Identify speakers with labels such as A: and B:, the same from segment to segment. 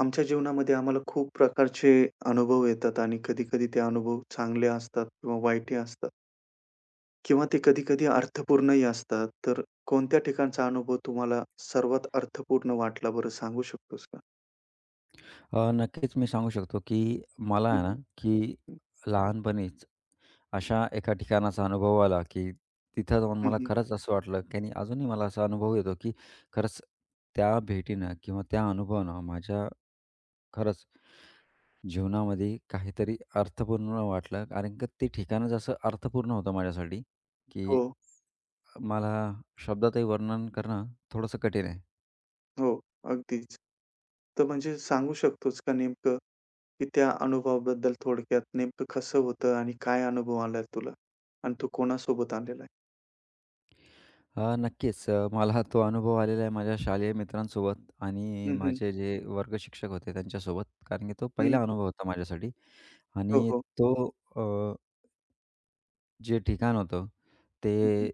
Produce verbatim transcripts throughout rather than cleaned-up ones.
A: आमच्या जीवनामध्ये आम्हाला खूप प्रकारचे अनुभव येतात आणि कधी-कधी ते अनुभव चांगले असतात किंवा वाईटही असतात किंवा ते कधी-कधी अर्थपूर्णही असतात. तर कोणत्या ठिकाणचा अनुभव तुम्हाला सर्वात अर्थपूर्ण वाटला बरं सांगू शकतोस का?
B: अ, नक्कीच मी सांगू शकतो, की मला
A: हं,
B: आहे ना,
A: हं.
B: की लहानपणीच अशा एका ठिकाणाचा अनुभव आला, की तिथं जाऊन मला खरंच असं वाटलं, की आणि अजूनही मला असा अनुभव येतो, की खरंच त्या भेटीनं किंवा त्या अनुभवानं माझ्या खरंच जीवनामध्ये काहीतरी अर्थपूर्ण वाटलं. कारण की ते ठिकाणच असं अर्थपूर्ण होतं माझ्यासाठी, की
A: हो,
B: मला शब्दातही वर्णन करणं थोडंसं कठीण आहे.
A: हो. अगदीच. तर म्हणजे सांगू शकतोस का नेमकं, की त्या अनुभवाबद्दल थोडक्यात नेमकं कसं होतं आणि काय अनुभव आलाय तुला? आणि तो कोणासोबत आलेला आहे?
B: हां, नक्कीच. अ, मला तो अनुभव आलेला आहे माझ्या शालेय मित्रांसोबत आणि
A: हं, हं.
B: माझे जे वर्ग शिक्षक होते त्यांच्यासोबत. कारण की तो
A: हं,
B: पहिला अनुभव होता माझ्यासाठी
A: हो,
B: आणि
A: हो.
B: तो अ, जे ठिकाण होतं ते
A: हं, हं.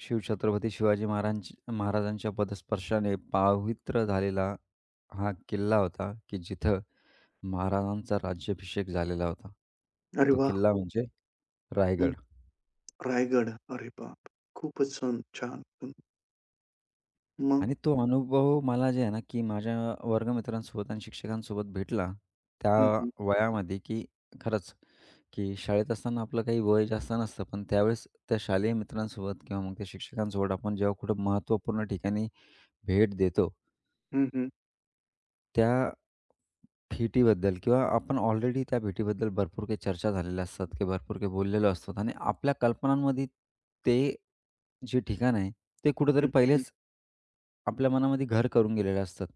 B: शिवछत्रपती शिवाजी महाराज महाराजांच्या पदस्पर्शाने पावित्र्य झालेला हा किल्ला होता, की जिथं महाराजांचा राज्याभिषेक झालेला होता.
A: अरे
B: तो
A: वाह!
B: किल्ला म्हणजे रायगड.
A: रायगड. अरे बाप! खूपच छान, छान. मग?
B: आणि तो अनुभव मला जे आहे ना, की माझ्या वर्गमित्रांसोबत आणि शिक्षकांसोबत भेटला, त्या
A: हं, हं.
B: वयामध्ये की खरंच, की शाळेत असताना आपलं काही वय जास्त नसतं. पण त्यावेळेस त्या शालेय मित्रांसोबत किंवा मग त्या शिक्षकांसोबत आपण जेव्हा कुठं महत्त्वपूर्ण ठिकाणी भेट देतो,
A: हं, हं.
B: त्या भेटीबद्दल किंवा आपण ऑलरेडी त्या भेटीबद्दल भरपूर काही चर्चा झालेल्या असतात, की भरपूर काही बोललेलो असतो आणि आपल्या कल्पनांमध्ये ते जे ठिकाण आहे, ते कुठेतरी
A: हं, हं.
B: पहिलेच आपल्या मनामध्ये घर करून गेलेले असतात.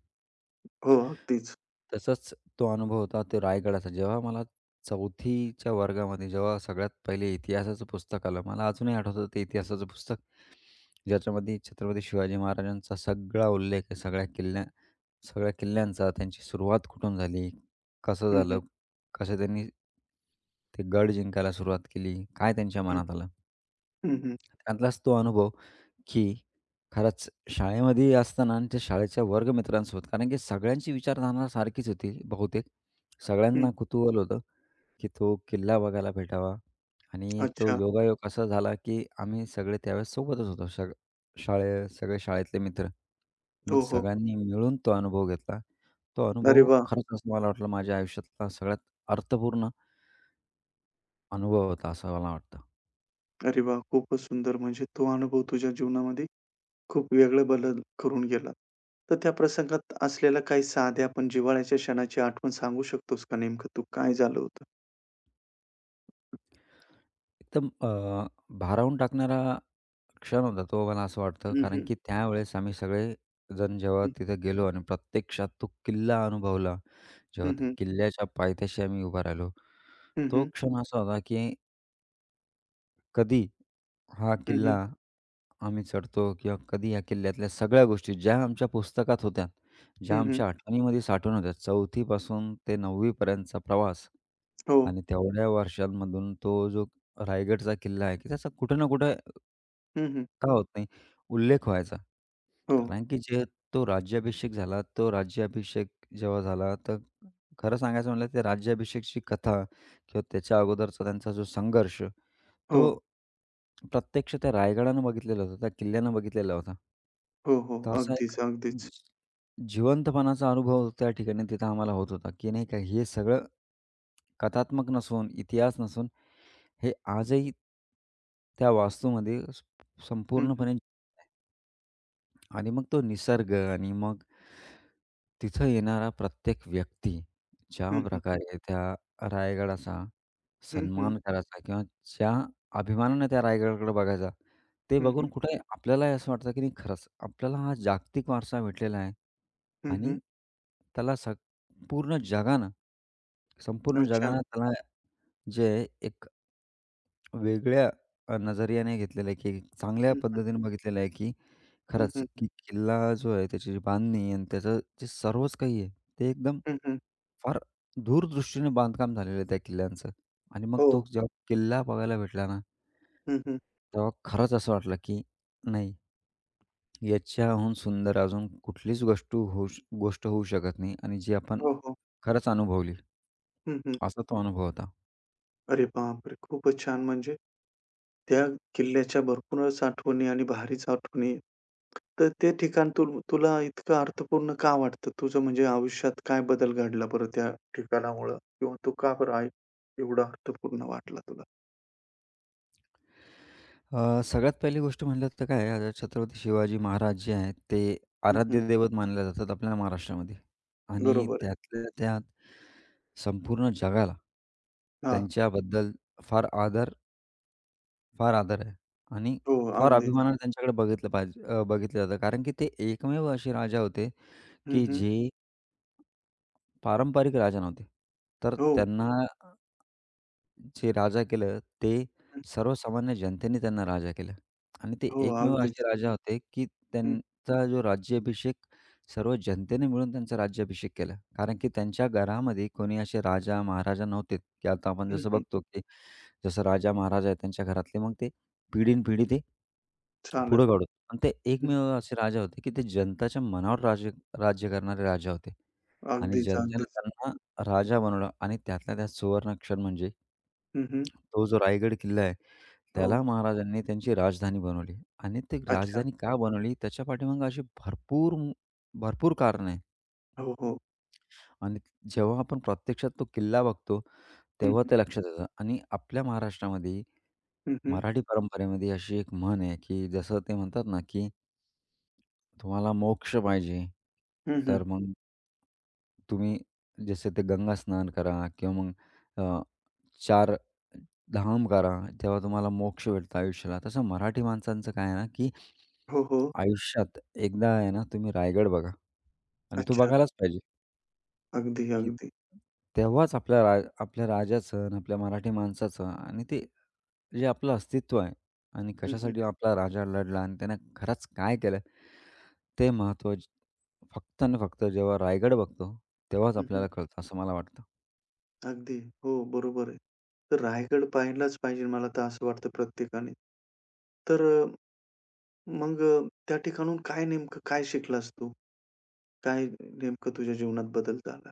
A: हो, अगदीच.
B: तसंच तो अनुभव होता तो रायगडाचा. जेव्हा मला चौथीच्या वर्गामध्ये जेव्हा सगळ्यात पहिले इतिहासाचं पुस्तक आलं, मला अजूनही आठवतं ते इतिहासाचं पुस्तक, ज्याच्यामध्ये छत्रपती शिवाजी महाराजांचा सगळा उल्लेख आहे, सगळ्या किल्ल्या सगळ्या किल्ल्यांचा त्यांची सुरुवात कुठून झाली? कसं
A: हं,
B: झालं?
A: हं.
B: कसं त्यांनी ते गड जिंकायला सुरुवात केली? काय त्यांच्या
A: हं,
B: मनात आलं?
A: हं, हं.
B: त्यातलाच तो अनुभव, की खरंच शाळेमध्ये असताना आणि त्या शाळेच्या वर्गमित्रांसोबत कारण की सगळ्यांची विचारधारणा सारखीच होती बहुतेक.
A: हं.
B: सगळ्यांना कुतूहल होतं, की तो किल्ला बघायला भेटावा आणि तो
A: अच्छा.
B: योगायोग असा झाला की आम्ही सगळे त्यावेळेस सोबतच होतो. सग शाळे सगळे शाळेतले मित्र.
A: हो,
B: मग
A: हो.
B: सगळ्यांनी मिळून तो अनुभव घेतला. तो
A: अरे
B: अनुभव
A: वाह!
B: खरंच असं मला वाटलं माझ्या आयुष्यातला सगळ्यात अर्थपूर्ण अनुभव होता, असं मला वाटतं.
A: अरे वाह! खूपच सुंदर. म्हणजे तो अनुभव तुझ्या जीवनामध्ये खूप वेगळं बदल करून गेला. तर त्या प्रसंगात असलेल्या काही साध्या पण जिव्हाळ्याच्या क्षणाची आठवण सांगू शकतोस का नेमकं तू काय झालं होतं?
B: एकदम अ, भारावून टाकणारा क्षण होता तो मला असं वाटतं. कारण
A: हं.
B: की त्यावेळेस आम्ही सगळेजण जेव्हा
A: हं.
B: तिथे गेलो आणि प्रत्यक्षात तो किल्ला अनुभवला, जेव्हा
A: हं,
B: त्या
A: हं.
B: किल्ल्याच्या पायथ्याशी आम्ही उभा राहिलो,
A: हं,
B: तो
A: हं.
B: क्षण असा होता की कधी हा
A: हं,
B: किल्ला
A: हं.
B: आम्ही चढतो किंवा कधी या किल्ल्यातल्या सगळ्या गोष्टी ज्या आमच्या पुस्तकात होत्या, ज्या
A: हं, हं.
B: आमच्या आठवणीमध्ये साठवून होत्या. चौथी पासून ते नववी पर्यंतचा प्रवास
A: हो.
B: आणि तेवढ्या वर्षांमधून तो जो रायगडचा किल्ला आहे, की त्याचा कुठे ना कुठे
A: हं, हं.
B: का होत नाही, उल्लेख व्हायचा.
A: हो,
B: कारण की जे तो राज्याभिषेक झाला, तो राज्याभिषेक जेव्हा झाला, तर खरं सांगायचं म्हणलं, ते राज्याभिषेकची कथा किंवा त्याच्या अगोदरचा त्यांचा जो संघर्ष
A: हो,
B: तो प्रत्यक्ष त्या रायगडानं बघितलेला होता, त्या किल्ल्यानं बघितलेला होता.
A: हो, हो.
B: तर असा एक
A: अगदीच, अगदीच.
B: जी जिवंतपणाचा अनुभव त्या ठिकाणी तिथं आम्हाला होत होता, की नाही का हे सगळं कथात्मक नसून, इतिहास नसून हे आजही त्या वास्तूमध्ये स
A: हं, हं.
B: संपूर्णपणे जिवंत आहे. आणि मग तो निसर्ग आणि मग तिथं येणारा प्रत्येक व्यक्ती ज्या
A: हं.
B: प्रकारे त्या रायगडाचा
A: हं, हं.
B: सन्मान करायचा किंवा ज्या अभिमानाने त्या रायगडाकडे बघायचा, ते
A: हं, हं.
B: बघून कुठे आपल्यालाही असं वाटतं की नाही खरंच आपल्याला हा जागतिक वारसा भेटलेला आहे
A: हं, हं.
B: आणि त्याला सग पूर्ण जगानं, संपूर्ण
A: अच्छा.
B: जगानं त्याला जे एक वेगळ्या अ, नजरियाने घेतलेलं आहे, की चांगल्या
A: हं, हं.
B: पद्धतीने. हं. बघितलेलं आहे, की
A: हं,
B: खरंच
A: हं.
B: की किल्ला जो आहे त्याची जी बांधणी आणि त्याचं जे सर्वच काही आहे, ते एकदम
A: हं, हं.
B: फार दूरदृष्टीने बांधकाम झालेलं आहे त्या किल्ल्यांचं. आणि मग
A: हो.
B: तो जेव्हा किल्ला बघायला भेटला ना,
A: हं, हं.
B: तेव्हा खरंच असं वाटलं, की नाही याच्याहून सुंदर अजून कुठलीच गोष्ट होऊ श गोष्ट होऊ शकत नाही आणि जी आपण
A: हो, हो.
B: खरंच अनुभवली,
A: हं, हं.
B: असा तो अनुभव होता.
A: अरे बापरे! खूपच छान. म्हणजे त्या किल्ल्याच्या भरपूरच आठवणी आणि भारीच आठवणी. तर ते ठिकाण तुल तुला इतकं अर्थपूर्ण का वाटतं? तुझं म्हणजे आयुष्यात काय बदल घडला बरं त्या ठिकाणामुळं? किंवा तो का बरं आहे एवढा अर्थपूर्ण वाटला तुला?
B: अ, सगळ्यात पहिली गोष्ट म्हणलं तर काय आहे, आता छत्रपती शिवाजी महाराज जे आहेत ते
A: हं, हं.
B: आराध्य दैवत मानले जातात आपल्या महाराष्ट्रामध्ये आणि
A: बरोबर आहे.
B: त्यातल्या त्यात संपूर्ण जगाला
A: हां.
B: त्यांच्याबद्दल फार आदर फार आदर आहे आणि
A: हो,
B: फार
A: अगदीच.
B: अभिमानाने त्यांच्याकडे बघितलं पाहिजे अ, बघितलं जातं कारण की ते एकमेव असे राजा होते
A: हं,
B: की
A: हं.
B: जे पारंपरिक राजा नव्हते. तर
A: हो.
B: त्यांना जे राजा केलं, ते
A: हं.
B: सर्वसामान्य जनतेने त्यांना राजा केलं आणि ते
A: हो,
B: एकमेव
A: अगदीच.
B: असे राजा होते, की
A: हं.
B: त्यांचा जो राज्याभिषेक सर्व जनतेने मिळून त्यांचा राज्याभिषेक केला. कारण की त्यांच्या घरामध्ये कोणी असे राजा, महाराजा नव्हते, की आता आपण
A: हं,
B: जसं
A: हं.
B: बघतो, की जसं राजा, महाराजा आहे त्यांच्या घरातले, मग ते पिढीनपिढी ते
A: चालेल.
B: पुढं काढत. आणि ते
A: हं.
B: एकमेव असे राजा होते, की ते जनताच्या मनावर राज्य राज्य करणारे राजा होते आणि
A: अगदीच,
B: जनतेनं
A: अगदीच.
B: त्यांना राजा बनवलं आणि त्यातला त्यात सुवर्णक्षण म्हणजे
A: हं, हं.
B: तो जो रायगड किल्ला आहे
A: हो.
B: त्याला महाराजांनी त्यांची राजधानी बनवली आणि ती
A: अच्छा.
B: राजधानी का बनवली त्याच्या पाठीमागे अशी भरपूर भरपूर कारणं आहे
A: हो, हो.
B: आणि जेव्हा आपण प्रत्यक्षात तो किल्ला बघतो
A: हं,
B: तेव्हा
A: हं.
B: ते लक्षात येतं आणि आपल्या महाराष्ट्रामध्ये
A: हं, हं.
B: मराठी परंपरेमध्ये अशी एक म्हण आहे की जसं ते म्हणतात ना की तुम्हाला मोक्ष पाहिजे
A: हं, हं.
B: तर मग तुम्ही जसे ते गंगास्नान करा किंवा मग अ, चार धाम करा, तेव्हा तुम्हाला मोक्ष भेटतो आयुष्याला. तसं मराठी माणसांचं काय आहे ना, की
A: हो, हो.
B: आयुष्यात एकदा आहे ना, तुम्ही रायगड बघा आणि तो
A: अच्छा.
B: बघायलाच पाहिजे,
A: अगदी,
B: की
A: अगदी.
B: तेव्हाच आपल्या रा आपल्या राजाचं आणि आपल्या मराठी माणसाचं आणि ते जे आपलं अस्तित्व आहे आणि
A: हं, हं.
B: कशासाठी आपला राजा लढला आणि त्यानं खरंच काय केलं ते महत्त्व ज- फक्त आणि फक्त जेव्हा रायगड बघतो तेव्हाच
A: हं, हं.
B: आपल्याला कळतं असं मला वाटतं.
A: अगदी. हो, बरोबर आहे. तर रायगड पाहिलाच पाहिजे मला तर असं वाटतं प्रत्येकाने. तर अ, मग अ, त्या ठिकाणून काय नेमकं काय शिकलास तू? काय नेमकं तुझ्या जीवनात बदल झाला?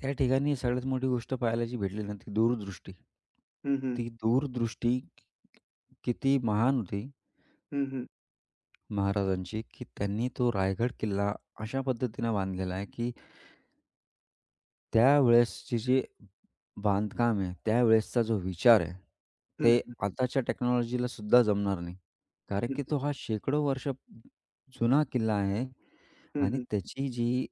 B: त्या ठिकाणी सगळ्यात मोठी गोष्ट पाहायला जी भेटली ना ती दूरदृष्टी.
A: हं, हं.
B: ती दूरदृष्टी किती महान होती
A: हं, हं.
B: महाराजांची, की त्यांनी तो रायगड किल्ला अशा पद्धतीनं बांधलेला आहे की त्यावेळेसची जी बांधकाम आहे, त्यावेळेसचा जो विचार आहे,
A: हं,
B: ते
A: हं.
B: आताच्या टेक्नॉलॉजीला सुद्धा जमणार नाही. कारण
A: हं,
B: की
A: हं.
B: तो हा शेकडो वर्ष जुना किल्ला आहे
A: हं,
B: आणि
A: हं.
B: त्याची जी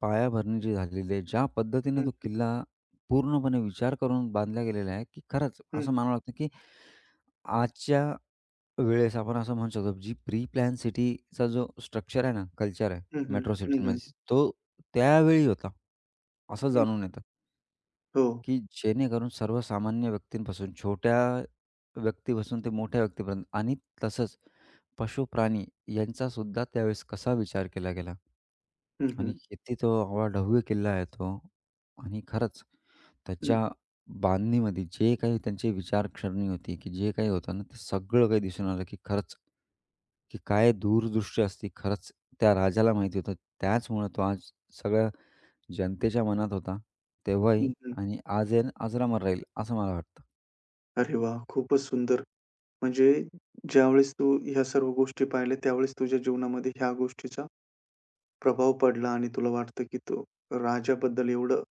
B: पायाभरणी जी झालेली आहे, ज्या पद्धतीनं
A: हं,
B: तो किल्ला पूर्णपणे विचार करून बांधला गेलेला आहे, की खरंच
A: हं.
B: असं म्हणावं लागतं, की आजच्या वेळेस आपण असं म्हणू शकतो, जी प्री प्लॅन सिटीचा जो स्ट्रक्चर आहे ना, कल्चर आहे
A: हं, हं.
B: मेट्रो
A: हं, हं.
B: सिटीमध्ये, तो त्यावेळी होता, असं
A: हं.
B: जाणून येतं.
A: हो.
B: की जेणेकरून सर्वसामान्य व्यक्तींपासून, छोट्या व्यक्तीपासून ते मोठ्या व्यक्तीपर्यंत आणि तसंच पशुप्राणी सुद्धा त्यावेळेस कसा विचार केला गेला
A: हं, हं.
B: आणि किती तो आवाढव्य किल्ला आहे तो आणि खरंच
A: हं, हं.
B: त्याच्या बांधणीमध्ये जे काही त्यांची विचारसरणी होती, की जे काही होतं ना, ते सगळं काही दिसून आलं, की खरंच की काय दूरदृष्टी असती. खरंच त्या राजाला माहिती होतं. त्याचमुळं तो आज सगळ्या जनतेच्या मनात होता तेव्हाही
A: हं, हं.
B: आणि आज आहे अजरामर राहील असं मला वाटतं.
A: अरे वाह! खूपच सुंदर. म्हणजे ज्यावेळेस तू ह्या सर्व गोष्टी पाहिल्या, त्यावेळेस तुझ्या जीवनामध्ये ह्या गोष्टीचा प्रभाव पडला आणि तुला वाटतं, की तो राजाबद्दल एवढं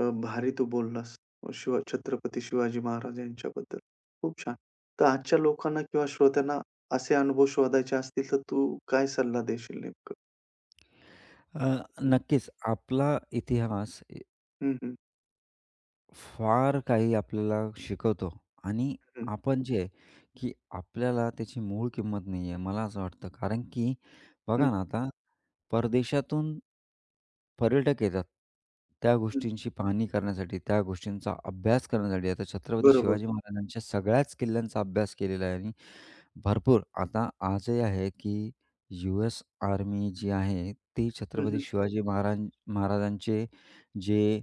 A: अ, भारी तू बोललास. शिवा छत्रपती शिवाजी महाराज यांच्याबद्दल. खूप छान. तर आजच्या लोकांना किंवा श्रोत्यांना असे अनुभव शोधायचे असतील, तर तू काय सल्ला देशील नेमकं?
B: अ, नक्कीच आपला इतिहास ए-
A: हं, हं,
B: फार काही आपल्याला शिकवतो आणि
A: हं, हं,
B: आपण जे आहे की आपल्याला त्याची मूळ किंमत नाही आहे मला असं वाटतं कारण की
A: हं,
B: बघा ना आता परदेशातून पर्यटक येतात त्या गोष्टींची पाहणी करण्यासाठी त्या गोष्टींचा अभ्यास करण्यासाठी आता छत्रपती
A: बरोबर.
B: शिवाजी महाराजांच्या सगळ्याच किल्ल्यांचा अभ्यास केलेला आहे आणि भरपूर. आता आजही आहे, की यू एस आर्मी जी आहे, ती
A: हं,
B: छत्रपती
A: हं,
B: शिवाजी महाराज महाराजांचे जे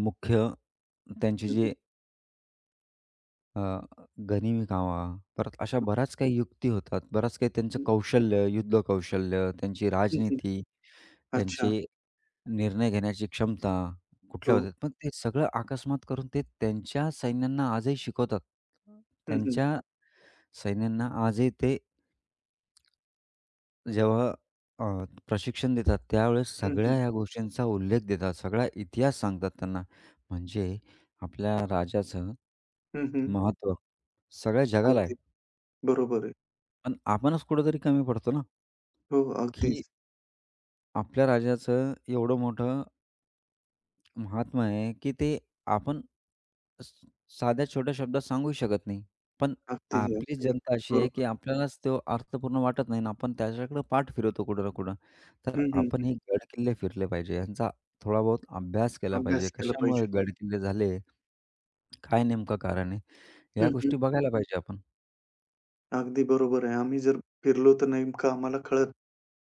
B: मुख्य त्यांचे
A: हं, हं,
B: जे अ, गनिमी कावा, परत अशा बऱ्याच काही युक्ती होतात. बराच काही त्यांचं
A: हं,
B: कौशल्य, युद्ध कौशल्य, त्यांची
A: हं, हं.
B: राजनीती, त्यांचे
A: अच्छा.
B: निर्णय घेण्याची क्षमता कुठल्या
A: हो.
B: होतात. पण ते सगळं अकस्मात करून ते त्यांच्या सैन्यांना आजही शिकवतात.
A: हं, हं,
B: त्यांच्या सैन्यांना आजही ते जेव्हा अ, प्रशिक्षण देतात त्यावेळेस
A: हं,
B: सगळ्या
A: हं,
B: ह्या गोष्टींचा उल्लेख देतात, सगळा इतिहास सांगतात त्यांना. म्हणजे आपल्या राजाचं
A: हं, हं.
B: महत्त्व सगळ्या जगाला आहे.
A: अगदी बरोबर आहे.
B: पण आपणच कुठेतरी कमी पडतो ना,
A: हो,
B: की
A: अगदीच.
B: आपल्या राजाचं एवढं मोठं महात्मा आहे, की ते आपण स साध्या छोट्या शब्दात सांगू शकत नाही. पण
A: अगदी,
B: आपली
A: अगदी.
B: जनता अशी आहे, की
A: बरोबर.
B: आपल्यालाच तो अर्थपूर्ण वाटत नाही आणि आपण त्याच्याकडे पाठ फिरवतो कुठं ना कुठं. तर
A: हं, हं,
B: आपण
A: हं.
B: हे गड-किल्ले फिरले पाहिजे. यांचा थोडा बहुत अभ्यास केला पाहिजे.
A: अभ्यास केला पाहिजे.
B: कशामुळे गड-किल्ले झाले? काय नेमकं कारण आहे? ह्या
A: हं, हं.
B: गोष्टी बघायला पाहिजे आपण.
A: अगदी बरोबर आहे. आम्ही जर फिरलो तर नेमकं आम्हाला कळत,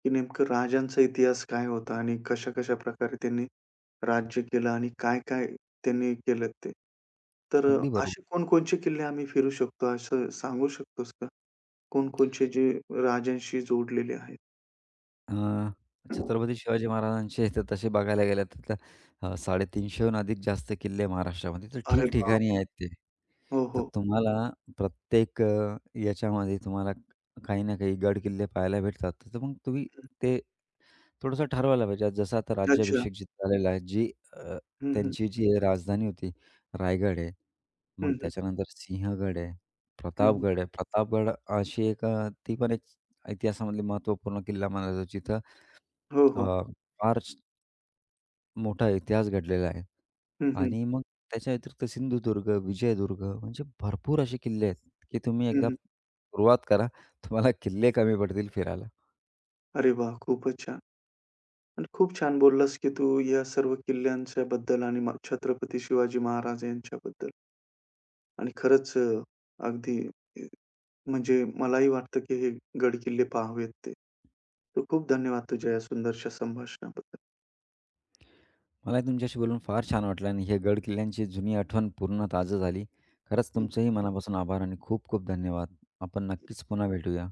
A: की नेमकं राजांचा इतिहास काय होता आणि कशा-कशा प्रकारे त्यांनी राज्य केलं आणि काय-काय त्यांनी केलं ते. तर अ,
B: अगदी बरोबर.
A: असे कोणकोणचे किल्ले आम्ही फिरू शकतो असं सांगू शकतोस का? कोणकोणचे जे राजांशी जोडलेले आहेत?
B: अ, छत्रपती शिवाजी महाराजांचे तर तसे बघायला गेलं तर त्या अ, तीनशे पन्नास अधिक जास्त किल्ले महाराष्ट्रामध्ये तर
A: अरे बाप!
B: ठिकठिकाणी आहेत ते.
A: हो,
B: तर
A: हो.
B: तुम्हाला प्रत्येक अ, याच्यामध्ये तुम्हाला काही ना काही गडकिल्ले पाहायला भेटतात. तर मग तुम्ही
A: हं.
B: ते थोडंसं ठरवायला पाहिजे. जसं आता
A: अच्छा.
B: राज्याभिषेक जिथं झालेला आहे, जी अ,
A: हं, हं.
B: त्यांची जी राजधानी होती, रायगड आहे.
A: हं,
B: मग
A: हं.
B: त्याच्यानंतर सिंहगड आहे,
A: हं, हं.
B: प्रतापगड आहे. प्रतापगड अशी एक अ, ती पण एक इतिहासामधले महत्त्वपूर्ण किल्ला मानला जातो, जिथं
A: हो, हो.
B: अ, फार स- मोठा इतिहास घडलेला आहे.
A: हं, हं.
B: आणि मग त्याच्या व्यतिरिक्त सिंधुदुर्ग, विजयदुर्ग म्हणजे भरपूर असे किल्ले आहेत, की तुम्ही
A: हं,
B: एकदा
A: हं.
B: सुरुवात करा. तुम्हाला किल्ले कमी पडतील फिरायला.
A: अरे वाह! खूपच छान. आणि खूप छान बोललास, की तू या सर्व किल्ल्यांच्या बद्दल आणि म छत्रपती शिवाजी महाराज यांच्याबद्दल आणि खरंच अ, अगदी अ, म्हणजे मलाही वाटतं, की हे गड किल्ले पहावेत ते. तर खूप धन्यवाद तुझ्या या सुंदरशा संभाषणाबद्दल.
B: मला तुमच्याशी बोलून फार छान वाटलं आणि हे गड किल्ल्यांची जुनी आठवण पूर्ण ताजं झाली. खरंच
A: हं.
B: तुमचंही मनापासून आभार आणि खूप खूप धन्यवाद. आपण नक्कीच पुन्हा भेटूया.